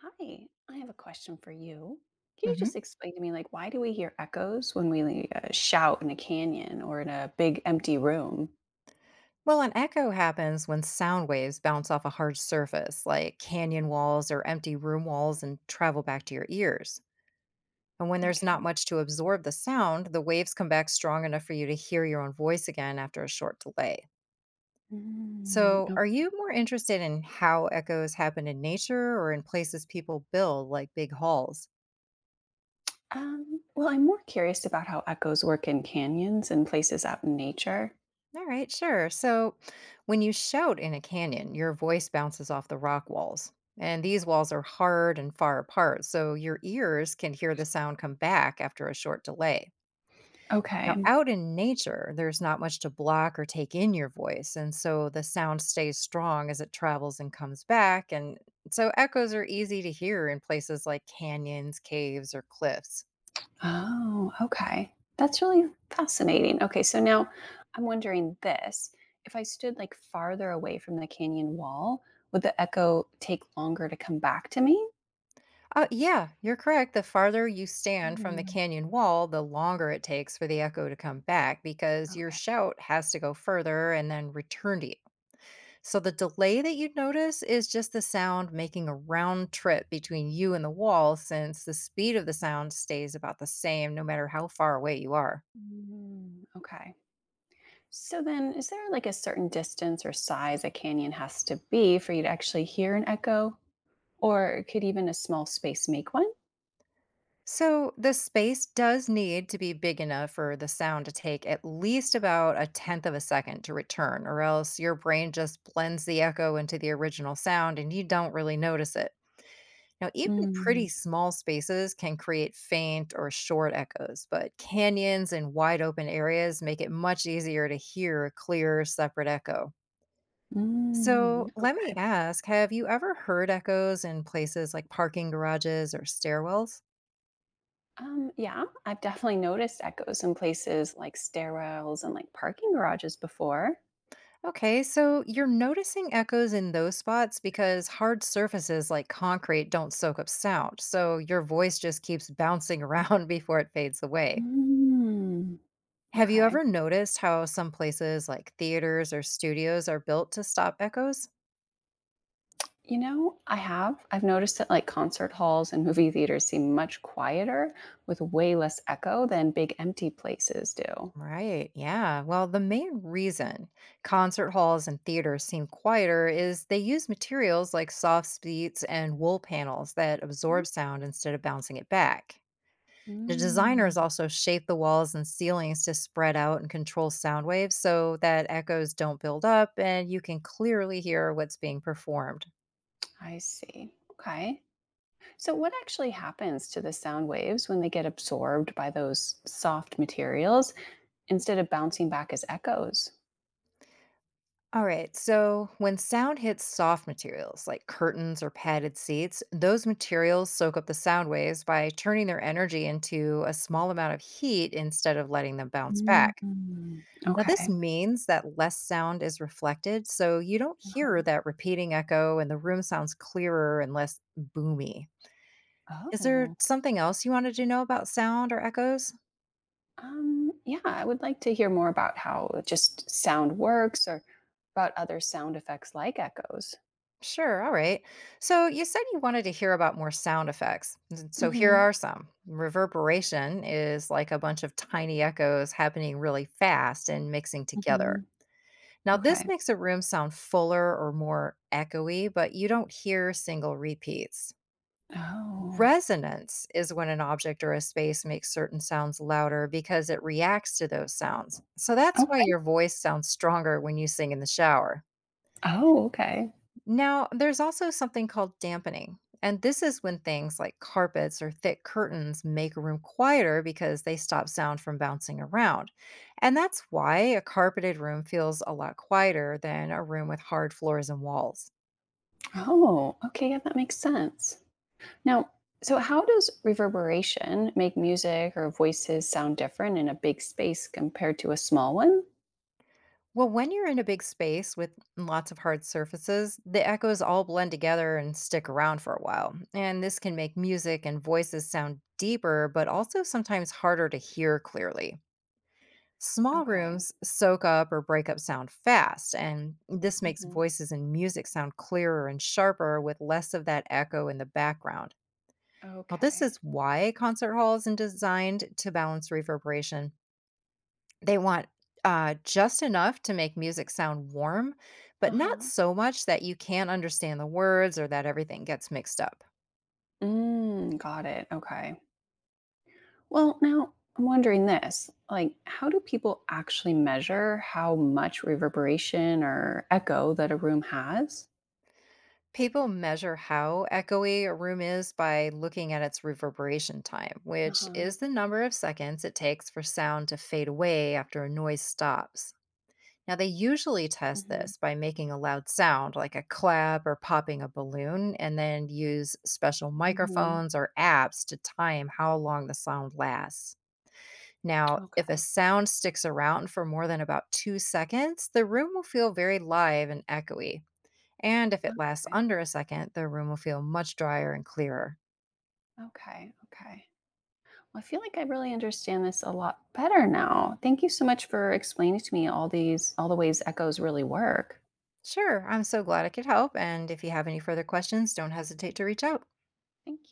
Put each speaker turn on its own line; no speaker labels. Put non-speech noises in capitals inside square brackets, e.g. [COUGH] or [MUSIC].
Hi, I have a question for you. Can you just
hmm
explain to me, like, why do we hear echoes when we shout in a canyon or in a big empty room?
Well, an echo happens when sound waves bounce off a hard surface, like canyon walls or empty room walls, and travel back to your ears. And when there's not
Okay.
much to absorb the sound, the waves come back strong enough for you to hear your own voice again after a short delay.
Mm,
So,
o-
are you more interested in how echoes happen in nature or in places people build, like big halls?
well, I'm more curious about how echoes work in canyons and places out in nature.
All right, sure. So when you shout in a canyon, your voice bounces off the rock walls. And these walls are hard and far apart, so your ears can hear the sound come back after a short delay. Now,
Okay.
out in nature, there's not much to block or take in your voice, and so the sound stays strong as it travels and comes back. And so echoes are easy to hear in places like canyons, caves, or cliffs.
Oh, okay. That's really fascinating. Okay, so now I'm wondering this. If I stood like farther away from the canyon wall, would the echo take longer to come back to me?
Yeah, you're correct. The farther you stand from the
Mhm.
canyon wall, the longer it takes for the echo to come back because your
Okay.
shout has to go further and then return to you. So the delay that you'd notice is just the sound making a round trip between you and the wall since the speed of the sound stays about the same no matter how far away you are.
Mm, okay. So then, is there like a certain distance or size a canyon has to be for you to actually hear an echo? Or could even a small space make one?
So the space does need to be big enough for the sound to take at least about a tenth of a second to return, or else your brain just blends the echo into the original sound and you don't really notice it. Now, even pretty
Mm,
small spaces can create faint or short echoes, but canyons and wide open areas make it much easier to hear a clear, separate echo.
mm.
So, let me ask have you ever heard echoes in places like parking garages or stairwells?
Yeah, I've definitely noticed echoes in places like stairwells and like parking garages before.
Okay, so you're noticing echoes in those spots because hard surfaces like concrete don't soak up sound, so your voice just keeps bouncing around [LAUGHS] before it fades away.
Mm,
Have you
okay.
ever noticed how some places like theaters or studios are built to stop echoes?
You know, I have. I've noticed that like concert halls and movie theaters seem much quieter with way less echo than big empty places do.
Right, yeah. Well, the main reason concert halls and theaters seem quieter is they use materials like soft seats and wool panels that absorb sound instead of bouncing it back. The
Mm,
designers also shape the walls and ceilings to spread out and control sound waves so that echoes don't build up and you can clearly hear what's being performed.
I see. Okay. So, what actually happens to the sound waves when they get absorbed by those soft materials instead of bouncing back as echos?
All right, so when sound hits soft materials like curtains or padded seats, those materials soak up the sound waves by turning their energy into a small amount of heat instead of letting them bounce back.
Mm,
Now, this
okay.
means that less sound is reflected, so you don't hear
Um,
that repeating echo and the room sounds clearer and less boomy. Is there
Oh,
something else you wanted to know about sound or echoes?
yeah. I would like to hear more about how just sound works or about other sound effects like echos.
Sure, all right. So, you said you wanted to hear about more sound effects. So, here
Hmm.
are some. Reverberation is like a bunch of tiny echoes happening really fast and mixing together.
Hmm.
Now, this
Okay.
makes a room sound fuller or more echoey, but you don't hear single repeats.
Oh,
Resonance is when an object or a space makes certain sounds louder because it reacts to those sounds. So, that's why
okay.
your voice sounds stronger when you sing in the shower.
Oh, okay.
Now, there's also something called dampening. And this is when things like carpets or thick curtains make a room quieter because they stop sound from bouncing around. And that's why a carpeted room feels a lot quieter than a room with hard floors and walls.
Oh, okay. Yeah, that makes sense. Now, so how does reverberation make music or voices sound different in a big space compared to a small one?
Well, when you're in a big space with lots of hard surfaces, the echoes all blend together and stick around for a while. And this can make music and voices sound deeper, but also sometimes harder to hear clearly. Small
Okay.
rooms soak up or break up sound fast, and this makes
Hmm.
voices and music sound clearer and sharper with less of that echo in the background. Now, this
Okay.
is why concert halls are designed to balance reverberation. They want just enough to make music sound warm, but
Uh
not
huh.
so much that you can't understand the words or that everything gets mixed up.
Mm, got it. Okay. Well, now I'm wondering this like, how do people actually measure how much reverberation or echo that a room has?
People measure how echoey a room is by looking at its reverberation time,
Uh
which
huh.
is the number of seconds it takes for sound to fade away after a noise stops. Now, they usually test
Mm-hmm.
this by making a loud sound like a clap or popping a balloon, and then use special
Mm-hmm.
microphones or apps to time how long the sound lasts. Now, if a
Okay.
sound sticks around for more than about 2 seconds, the room will feel very live and echoey. And if it lasts
Okay.
under a second, the room will feel much drier and clearer.
Okay. Okay. I feel like I really understand this a lot better now. Thank you so much for explaining to me all the ways echoes really work.
Sure, I'm so glad I could help. And if you have any further questions, don't hesitate to reach out.
Thank you.